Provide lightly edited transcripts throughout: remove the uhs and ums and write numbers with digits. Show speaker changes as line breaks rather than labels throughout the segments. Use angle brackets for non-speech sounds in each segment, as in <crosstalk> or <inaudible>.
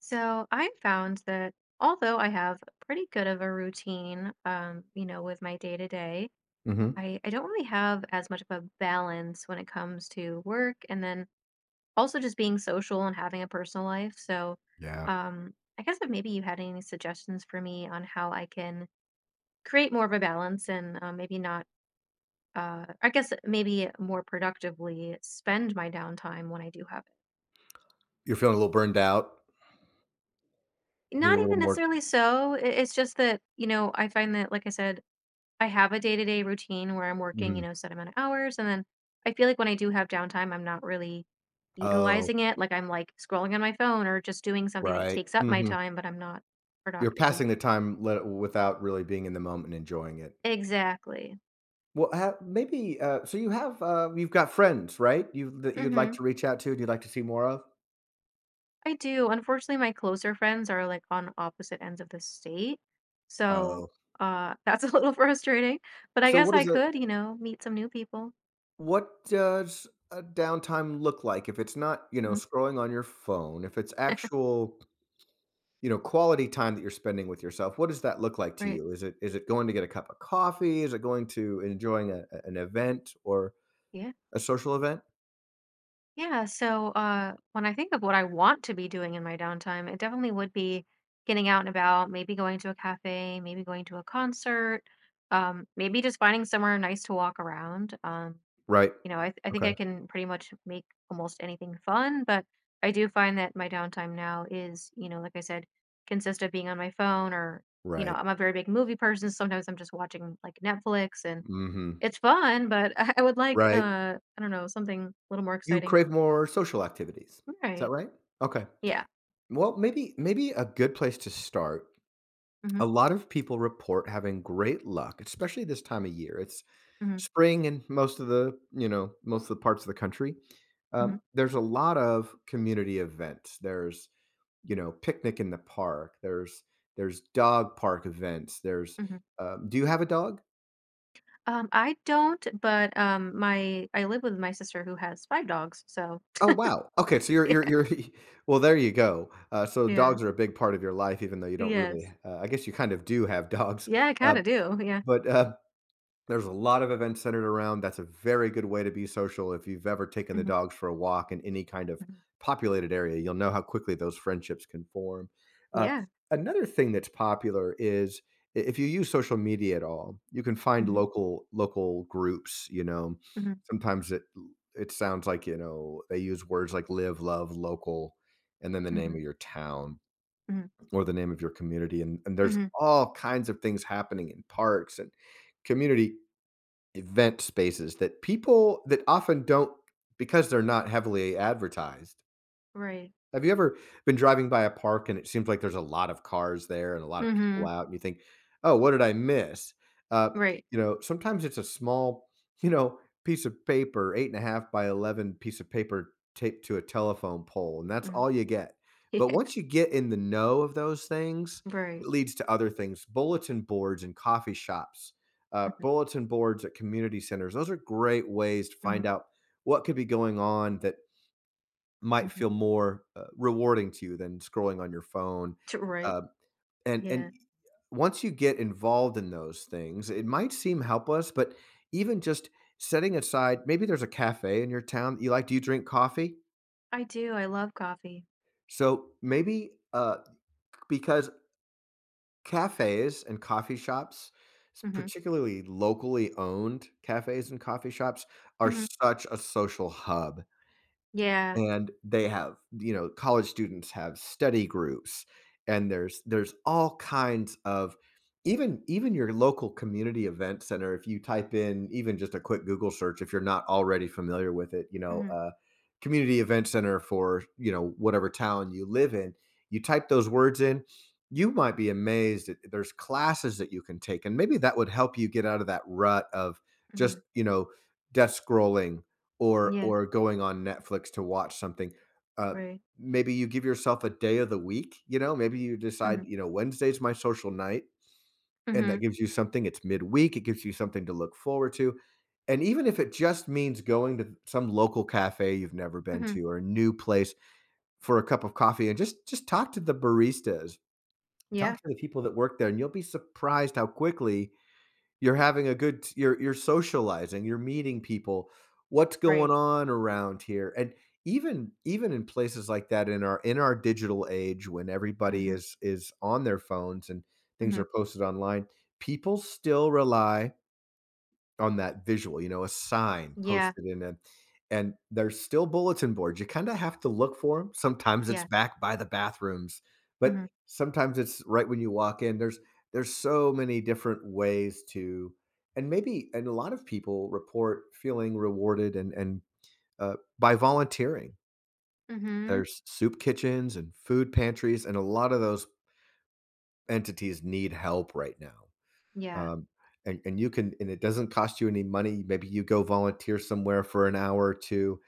So I found that although I have pretty good of a routine, you know, with my day to day,
Mhm.
I don't really have as much of a balance when it comes to work and then also just being social and having a personal life. So
Yeah.
um, I guess if maybe you had any suggestions for me on how I can create more of a balance and maybe not, I guess maybe more productively spend my downtime when I do have it
You're feeling a little burned out. You need
not
a little
even
more.
necessarily it's just that you know I find that like I said I have a day-to-day routine where I'm working, you
Mhm.
know, set amount of hours, and then I feel like when I do have downtime, I'm not really
Oh,
utilizing it. Like I'm like scrolling on my phone or just doing something that
right.
takes up my
Mhm.
time, but I'm not
You're
productively.
passing the time le without really being in the moment and enjoying it.
Exactly.
Well, ha maybe, so you have, you've got friends, right? You that you'd like
Hmm.
to reach out to and you'd like to see more of?
I do. Unfortunately, my closer friends are like on opposite ends of the state, so
Oh.
<laughs> that's a little frustrating. But I
So
guess
what
I
is a
could, meet some new people.
what does a downtime look like? If it's not, you know,
Mm,
scrolling on your phone, if it's actual, you know, quality time that you're spending with yourself, what does that look like to
Right.
you? Is it going to get a cup of coffee? Is it going to enjoying a, an event or
Yeah.
a social event?
Yeah, so when I think of what I want to be doing in my downtime, it definitely would be getting out and about, maybe going to a cafe, maybe going to a concert, maybe just finding somewhere nice to walk around.
Right.
You know, I think
Okay.
I can pretty much make almost anything fun, but I do find that my downtime now is, you know, like I said, consists of being on my phone or, you know,
Right.
I'm a very big movie person. Sometimes I'm just watching like Netflix and
Hmm.
it's fun, but <laughs> would like,
Right.
I don't know, something a little more
You
exciting.
crave more social activities. Is that
Right.
right? Okay.
Yeah.
Well, maybe a good place to start.
Mhm,
A lot of people report having great luck, especially this time of year. It's
mhm,
spring in most of the, you know, most of the parts of the country.
mhm,
There's a lot of community events. There's, you know, picnic in the park. There's dog park events. There's,
mhm.
do you have a dog?
I don't, but, my I live with my sister who has 5 dogs, so
Oh wow. Okay, so
<laughs> yeah,
you're <laughs> well. There you go. So
yeah.
dogs are a big part of your life, even though you don't really.
Yes.
I guess you kind of do have <laughs> dogs,
Yeah, I
uh,
kinda do, yeah.
but there's a lot of events centered around. That's a very good way to be social. If you've ever taken the
Mhm,
dogs for a walk in any kind of
mhm.
populated area, you'll know how quickly those friendships can form. Uh,
Yeah.
Another thing that's popular is if you use social media at all, you can find
Mhm,
local groups, you know.
mhm,
Sometimes it sounds like, you know, they use words like live, love, local, and then the name
mhm,
of your town
mhm,
or the name of your community. And there's
mhm.
all kinds of things happening in parks and community event spaces that people that often don't, because they're not heavily advertised.
Right.
Have you ever been driving by a park and it seems like there's a lot of cars there and a lot of people
Mhm.
out and you think, "Oh, what did I miss?" Uh,
Right.
you know, sometimes it's a small, <laughs> you know, piece of paper, 8 and a half by 11 piece of paper taped to a telephone pole, and that's
Mhm.
all you get.
<laughs>
But
Yeah.
once you get in the know of those things,
Right.
it leads to other things. Bulletin boards in coffee shops,
Mhm,
bulletin boards at community centers, those are great ways to
mhm,
find out what could be going on that might
mhm.
feel more, rewarding to you than scrolling on your phone,
T right.
uh, and
Yeah.
and once you get involved in those things, it might seem helpless, but even just setting aside, maybe there's a cafe in your town that you like. Do you drink coffee?
I do, I love coffee.
So maybe, because cafes and coffee shops, s
Mhm,
particularly locally owned cafes and coffee shops, are
mhm.
such a social hub.
Yeah.
And they have, you know, college students have study groups, and there's all kinds of. Even your local community event center, if you type in even just a quick Google search, if you're not already familiar with it, you know,
Mhm,
community event center for, you know, whatever town you live in, you type those words in, you might be amazed at there's classes that you can take, and maybe that would help you get out of that rut of
mhm.
just, you know, death scrolling or
Yeah,
going on Netflix to watch something. Uh,
right.
Maybe you give yourself a day of the week. You know, maybe you
Mhm,
decide, you know, Wednesday's my social night, and that
mhm,
gives you something. It's midweek, it gives you something to look forward to. And even if it just means going to some local cafe you've never been
mhm.
to or a new place for a cup of coffee and just talk to the baristas, talk
Yeah,
to the people that work there, and you'll be surprised how quickly you're having a good t you're socializing, you're meeting people, "What's going
right.
on around here?" And even in places like that, in our digital age when everybody
Mhm,
is on their phones and things
mhm.
are posted online, people still rely on that visual, you know, a sign
Yeah,
posted in it, and there's still bulletin boards. You kinda have to look for them. Sometimes it's
yeah.
back by the bathrooms, but
Mhm,
sometimes it's right when you walk in, there's so many different ways to. And maybe and a lot of people report feeling rewarded and by volunteering.
mhm,
There's soup kitchens and food pantries, and a lot of those entities need help right now.
yeah.
Um, and you can, and it doesn't cost you any money. Maybe you go volunteer somewhere for an hour or two,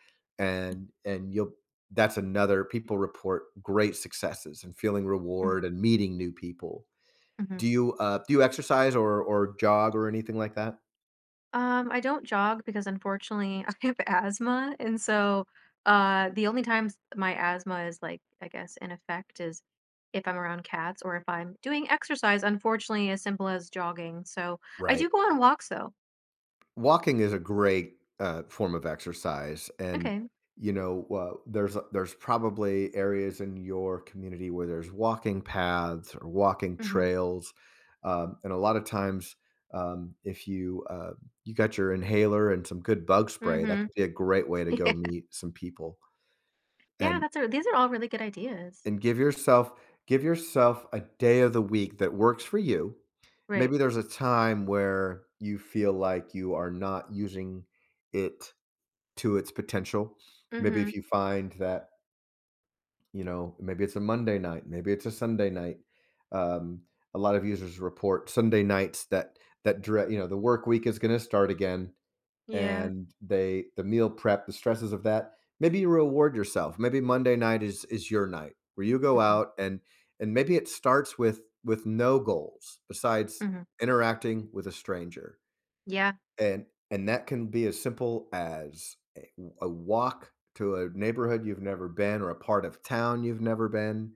Mhm,
and you'll that's another people report great successes and feeling
mhm,
reward and meeting new people.
mhm.
Do you exercise or jog or anything like that?
I don't jog because unfortunately <laughs> I have asthma, and so, the only times my asthma is, like, I guess, in effect is if I'm around cats or if I'm doing exercise, unfortunately, as simple as jogging, so I do
Right.
go on walks, though.
Walking is a great, form of exercise, and,
Okay.
you know, there's probably areas in your community where there's walking paths or walking
Mhm,
trails, and a lot of times, if you, you got your inhaler and some good bug spray, that
mhm.
could be a great way to go meet some people,
Yeah,
and
that's a these are all really good ideas.
give yourself a day of the week that works for you.
Right.
Maybe there's a time where you feel like you are not using it to its potential. Maybe
Mhm.
if you find that, you know, maybe it's a Monday night, maybe it's a Sunday night. Um, a lot of users report Sunday nights that you know, the work week is going to start again,
Yeah.
and they the meal prep, the stresses of that. Maybe you reward yourself. Maybe Monday night is your night where you go
Mhm,
out and maybe it starts with no goals besides
mhm.
interacting with a stranger,
Yeah.
and that can be as simple as a walk to a neighborhood you've never been or a part of town you've never been.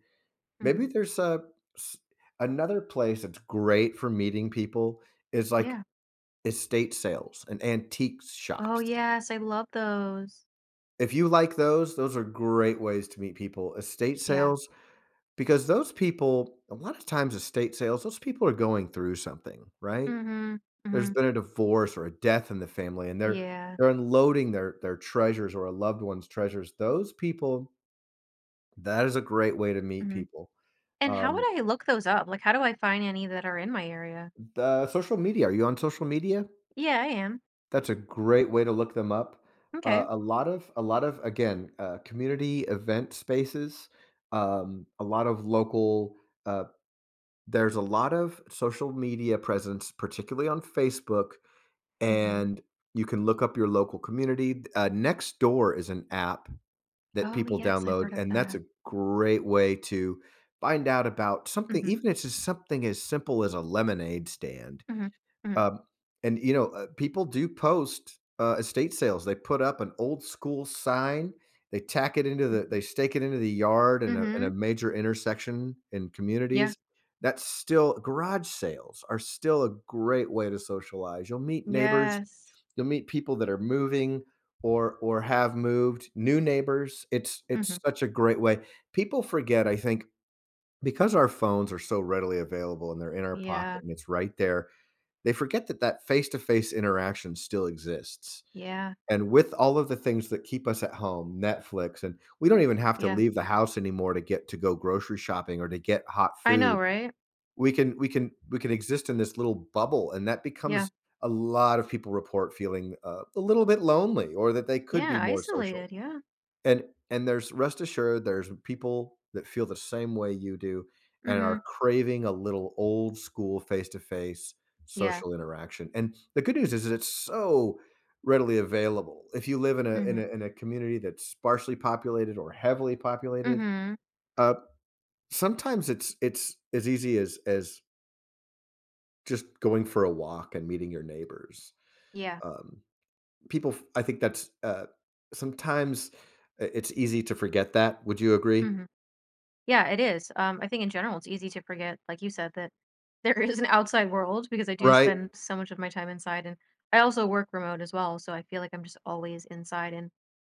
Maybe
Mhm.
there's a s another place that's great for meeting people is, like,
Yeah.
estate sales and antiques
Oh,
shops.
yes, I love those.
If you like those are great ways to meet people. Estate
Yeah.
sales, because those people, a lot of times estate sales, those people are going through something, right?
Mhm.
There's
Mhm.
been a divorce or a death in the family, and they're
Yeah.
they're unloading their treasures or a loved one's treasures. Those people, that is a great way to meet
Mhm.
people.
And how
Um,
would I look those up? Like, how do I find any that are in my area?
the social media, are you on social media?
Yeah, I am.
That's a great way to look them up.
Okay.
A lot of again, community event spaces, a lot of local uh, there's a lot of social media presence, particularly on Facebook,
Mhm.
and you can look up your local community. Nextdoor is an app that
Oh,
people
yes, I've
download,
heard of
and that's
that.
a great way to find out about something,
Mhm.
even if it's just something as simple as a lemonade stand.
Mhm. Mhm.
Um, and you know, people do post, estate sales. They put up an old school sign. They tack it into the,
Mhm.
they stake it into the yard and a
Mhm.
major intersection in
Yeah.
communities. That's still garage sales are still a great way to socialize. You'll meet neighbors.
Yes.
You'll meet people that are moving or have moved. New neighbors. It's
Mhm.
it's such a great way. People forget, I think, because our phones are so readily available and they're in our
Yeah.
pocket and it's right there, they forget that face-to-face interaction still exists.
Yeah.
And with all of the things that keep us at home, Netflix, and we don't even have to
Yeah.
leave the house anymore to get to go grocery shopping or to get hot
I know,
food,
right?
we can exist in this little bubble, and that
Yeah.
becomes a lot of people report feeling, a little bit lonely or that they could
Yeah,
be more social.
isolated, yeah.
And and there's, rest assured, there's people that feel the same way you do and
Mhm.
are craving a little old school face-to-face
Yeah.
social interaction. And the good news is that it's so readily available. If you live in a
Mhm.
community that's sparsely populated or heavily populated,
Mhm.
uh, sometimes it's as easy as just going for a walk and meeting your neighbors.
Yeah.
Um, People, I think that's, sometimes it's easy to forget that. Would you agree?
Mhm. Yeah, it is. I think in general, it's easy to forget, like you said, that there <laughs> is an outside world because I do
Right?
spend so much of my time inside, and I also work remote as well, so I feel like I'm just always inside and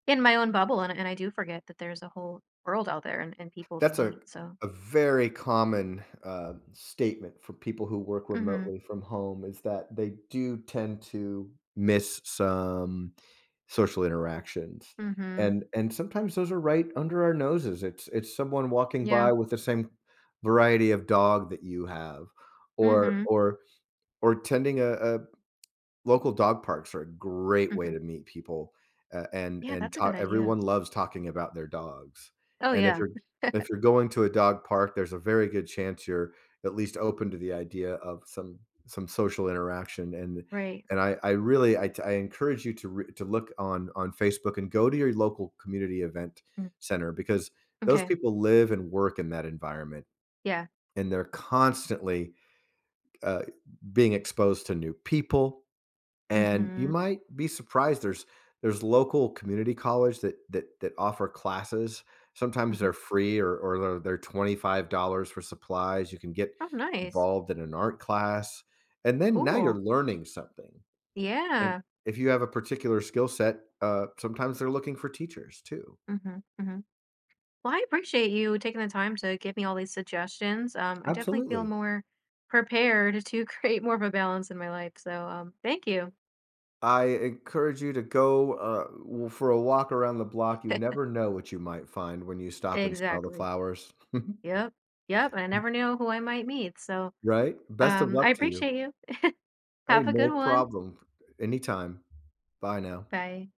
in my own bubble, and I do forget that there's a whole world out there and people to
That's a
meet. So,
very common, statement for people who work
mhm,
remotely from home is that they do tend to miss some social interactions,
mhm,
and sometimes those are right under our noses. It's someone walking
yeah,
by with the same variety of dog that you have or
mhm,
tending a local dog parks are a great way
mhm,
to meet people,
yeah,
and
that's a
ta
good idea.
everyone loves talking about their dogs,
Oh
and if
yeah,
you're going to a dog park, there's a very good chance you're at least open to the idea of some social interaction, and
right.
and I really I encourage you to re to look on Facebook and go to your local community event
Mm,
center, because those
okay,
people live and work in that environment,
yeah,
and they're constantly, uh, being exposed to new people, and you
mhm,
might be surprised there's local community college that offer classes. Sometimes
mhm.
they're free or they're $25 for supplies. You can get
Oh, nice,
involved in an art class, and then now you're
cool,
learning something. And
yeah,
if you have a particular skill set, sometimes they're looking for teachers too.
mhm, mhm. Well, I appreciate you taking the time to give me all these suggestions. I definitely feel
Absolutely.
more prepared to <laughs> create more of a balance in my life. So, thank you.
I encourage you to go, for a walk around the block. You never know what you might find when you stop and smell the
Exactly.
flowers. <laughs>
Yep. Yep. I never know who I might meet. So,
Right? Best of
I
luck to you.
appreciate you.
Hey,
Have a
no
good one.
problem. Anytime. Bye now.
Bye.